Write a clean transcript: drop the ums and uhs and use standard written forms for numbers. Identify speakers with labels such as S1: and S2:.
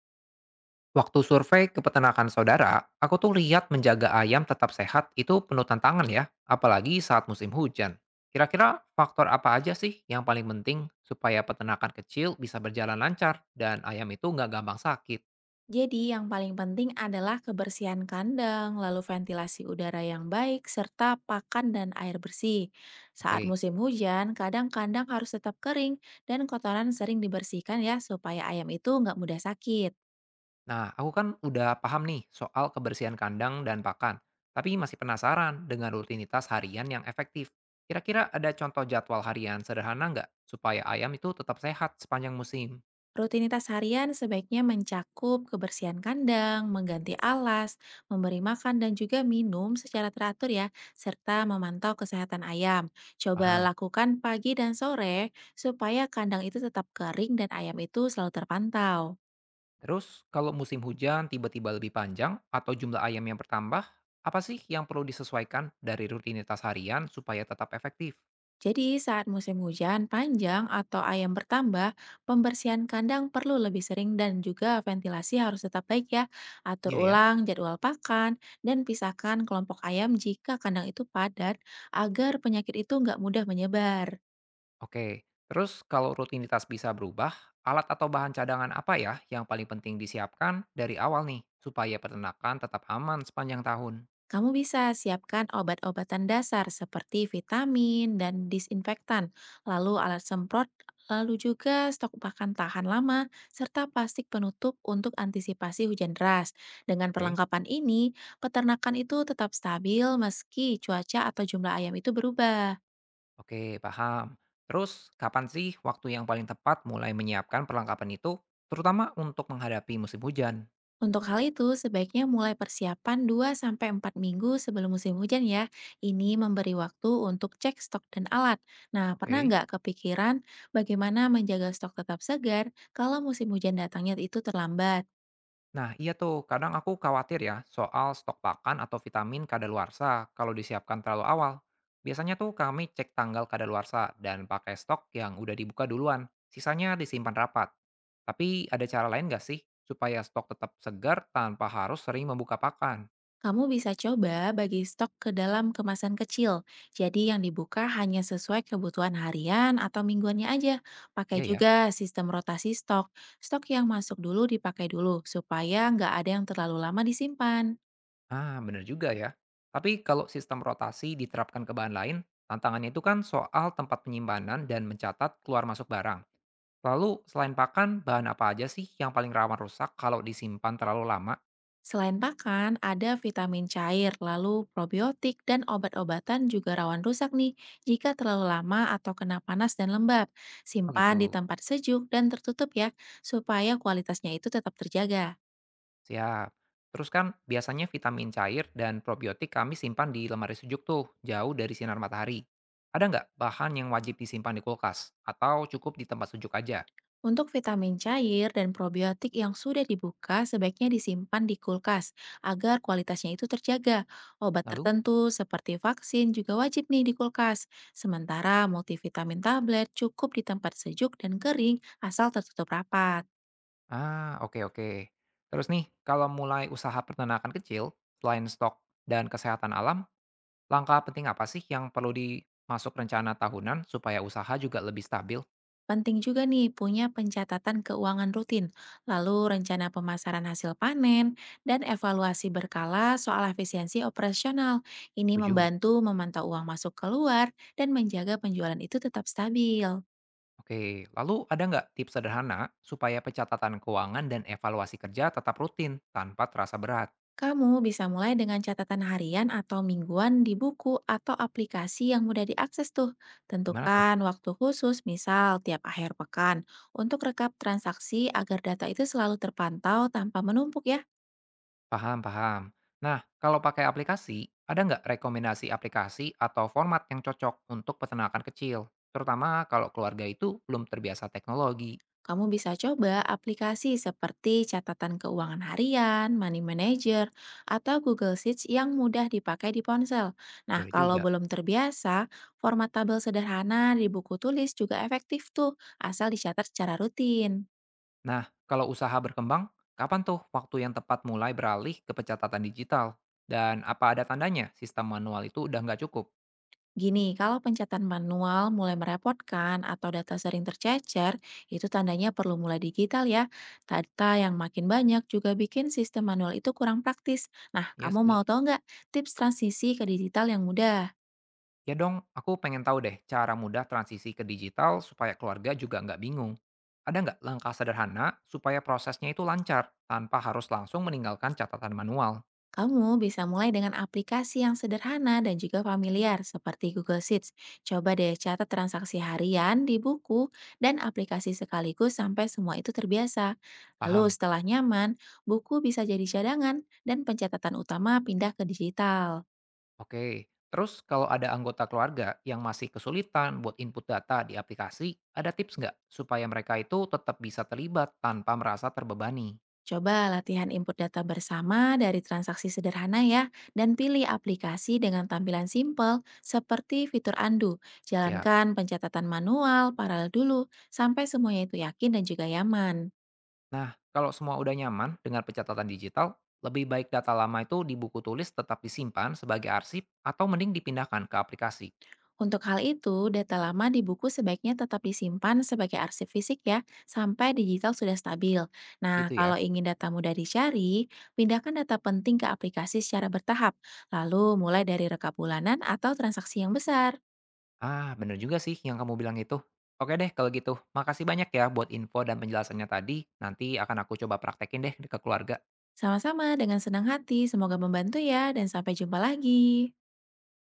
S1: Waktu survei ke peternakan saudara, aku tuh lihat menjaga ayam tetap sehat itu penuh tantangan ya, apalagi saat musim hujan. Kira-kira faktor apa aja sih yang paling penting supaya peternakan kecil bisa berjalan lancar dan ayam itu nggak gampang sakit?
S2: Jadi yang paling penting adalah kebersihan kandang, lalu ventilasi udara yang baik, serta pakan dan air bersih. Saat
S1: Oke,
S2: musim hujan, kadang kandang harus tetap kering dan kotoran sering dibersihkan ya supaya ayam itu nggak mudah sakit.
S1: nah aku kan udah paham nih soal kebersihan kandang dan pakan, tapi masih penasaran dengan rutinitas harian yang efektif. Kira-kira ada contoh jadwal harian sederhana nggak supaya ayam itu tetap sehat sepanjang musim?
S2: Rutinitas harian sebaiknya mencakup kebersihan kandang, mengganti alas, memberi makan dan juga minum secara teratur ya, serta memantau kesehatan ayam. Coba
S1: Paham?
S2: lakukan pagi dan sore supaya kandang itu tetap kering dan ayam itu selalu terpantau.
S1: Terus, kalau musim hujan tiba-tiba lebih panjang atau jumlah ayam yang bertambah, apa sih yang perlu disesuaikan dari rutinitas harian supaya tetap efektif?
S2: Jadi, saat musim hujan panjang atau ayam bertambah, pembersihan kandang perlu lebih sering dan juga ventilasi harus tetap baik ya. Atur
S1: Iya ya.
S2: ulang jadwal pakan dan pisahkan kelompok ayam jika kandang itu padat agar penyakit itu nggak mudah menyebar.
S1: Oke, terus kalau rutinitas bisa berubah, alat atau bahan cadangan apa ya yang paling penting disiapkan dari awal nih, supaya peternakan tetap aman sepanjang tahun?
S2: Kamu bisa siapkan obat-obatan dasar seperti vitamin dan disinfektan, lalu alat semprot, lalu juga stok pakan tahan lama, serta plastik penutup untuk antisipasi hujan deras. Dengan
S1: Oke.
S2: perlengkapan ini, peternakan itu tetap stabil meski cuaca atau jumlah ayam itu berubah.
S1: Oke, paham. Terus, kapan sih waktu yang paling tepat mulai menyiapkan perlengkapan itu, terutama untuk menghadapi musim hujan?
S2: Untuk hal itu, sebaiknya mulai persiapan 2 sampai 4 minggu sebelum musim hujan ya. Ini memberi waktu untuk cek stok dan alat. Nah, pernah
S1: Oke.
S2: nggak kepikiran bagaimana menjaga stok tetap segar kalau musim hujan datangnya itu terlambat?
S1: Nah, iya tuh, kadang aku khawatir ya soal stok pakan atau vitamin kadaluarsa kalau disiapkan terlalu awal. Biasanya tuh kami cek tanggal kadaluarsa dan pakai stok yang udah dibuka duluan, sisanya disimpan rapat. Tapi ada cara lain nggak sih supaya stok tetap segar tanpa harus sering membuka pakan?
S2: Kamu bisa coba bagi stok ke dalam kemasan kecil. Jadi yang dibuka hanya sesuai kebutuhan harian atau mingguannya aja. Pakai
S1: Iya ya,
S2: juga sistem rotasi stok. Stok yang masuk dulu dipakai dulu supaya nggak ada yang terlalu lama disimpan.
S1: ah bener juga ya. Tapi kalau sistem rotasi diterapkan ke bahan lain, tantangannya itu kan soal tempat penyimpanan dan mencatat keluar masuk barang. Lalu selain pakan, bahan apa aja sih yang paling rawan rusak kalau disimpan terlalu lama?
S2: Selain pakan, ada vitamin cair, lalu probiotik, dan obat-obatan juga rawan rusak nih jika terlalu lama atau kena panas dan lembab.
S1: Oh
S2: Simpan di
S1: gitu,
S2: tempat sejuk dan tertutup ya, supaya kualitasnya itu tetap terjaga.
S1: siap. Terus kan biasanya vitamin cair dan probiotik kami simpan di lemari sejuk tuh, jauh dari sinar matahari. Ada nggak bahan yang wajib disimpan di kulkas? Atau cukup di tempat sejuk aja?
S2: Untuk vitamin cair dan probiotik yang sudah dibuka, sebaiknya disimpan di kulkas agar kualitasnya itu terjaga. Obat
S1: Lalu?
S2: tertentu seperti vaksin juga wajib nih di kulkas. Sementara multivitamin tablet cukup di tempat sejuk dan kering asal tertutup rapat.
S1: Ah, oke oke. Terus nih, kalau mulai usaha peternakan kecil, selain stok dan kesehatan alam, langkah penting apa sih yang perlu dimasuk rencana tahunan supaya usaha juga lebih stabil?
S2: Penting juga nih punya pencatatan keuangan rutin, lalu rencana pemasaran hasil panen, dan evaluasi berkala soal efisiensi operasional. Ini
S1: Setuju.
S2: membantu memantau uang masuk keluar dan menjaga penjualan itu tetap stabil.
S1: Oke, lalu ada nggak tips sederhana supaya pencatatan keuangan dan evaluasi kerja tetap rutin tanpa terasa berat?
S2: Kamu bisa mulai dengan catatan harian atau mingguan di buku atau aplikasi yang mudah diakses tuh.
S1: Gimana tuh?
S2: Tentukan waktu khusus, misal tiap akhir pekan, untuk rekap transaksi agar data itu selalu terpantau tanpa menumpuk ya.
S1: Paham, paham. Nah, kalau pakai aplikasi, ada nggak rekomendasi aplikasi atau format yang cocok untuk peternakan kecil? Terutama kalau keluarga itu belum terbiasa teknologi.
S2: Kamu bisa coba aplikasi seperti catatan keuangan harian, Money Manager, atau Google Sheets yang mudah dipakai di ponsel. Nah,
S1: Boleh
S2: kalau
S1: juga.
S2: belum terbiasa, format tabel sederhana di buku tulis juga efektif tuh, asal dicatat secara rutin.
S1: Nah, kalau usaha berkembang, kapan tuh waktu yang tepat mulai beralih ke pencatatan digital? Dan apa ada tandanya sistem manual itu udah nggak cukup?
S2: Gini, kalau pencatatan manual mulai merepotkan atau data sering tercecer, itu tandanya perlu mulai digital ya. Data yang makin banyak juga bikin sistem manual itu kurang praktis. Nah,
S1: Ya
S2: kamu
S1: sih.
S2: mau tahu nggak tips transisi ke digital yang mudah?
S1: Ya dong, aku pengen tahu deh cara mudah transisi ke digital supaya keluarga juga nggak bingung. Ada nggak langkah sederhana supaya prosesnya itu lancar tanpa harus langsung meninggalkan catatan manual?
S2: Kamu bisa mulai dengan aplikasi yang sederhana dan juga familiar seperti Google Sheets. Coba deh catat transaksi harian di buku dan aplikasi sekaligus sampai semua itu terbiasa. Lalu
S1: Paham?
S2: setelah nyaman, buku bisa jadi cadangan dan pencatatan utama pindah ke digital.
S1: Oke. Terus kalau ada anggota keluarga yang masih kesulitan buat input data di aplikasi, ada tips nggak supaya mereka itu tetap bisa terlibat tanpa merasa terbebani?
S2: Coba latihan input data bersama dari transaksi sederhana ya, dan pilih aplikasi dengan tampilan simple seperti fitur undo.
S1: Siap.
S2: Jalankan pencatatan manual, paralel dulu, sampai semuanya itu yakin dan juga nyaman.
S1: Nah, kalau semua udah nyaman dengan pencatatan digital, lebih baik data lama itu di buku tulis tetap disimpan sebagai arsip atau mending dipindahkan ke aplikasi.
S2: Untuk hal itu, data lama di buku sebaiknya tetap disimpan sebagai arsip fisik ya, sampai digital sudah stabil. Nah,
S1: Gitu ya.
S2: kalau ingin data mudah dicari, pindahkan data penting ke aplikasi secara bertahap, lalu mulai dari rekap bulanan atau transaksi yang besar.
S1: Ah, bener juga sih yang kamu bilang itu. Oke deh kalau gitu, makasih banyak ya buat info dan penjelasannya tadi. Nanti akan aku coba praktekin deh ke keluarga.
S2: Sama-sama, dengan senang hati. Semoga membantu ya, dan sampai jumpa lagi.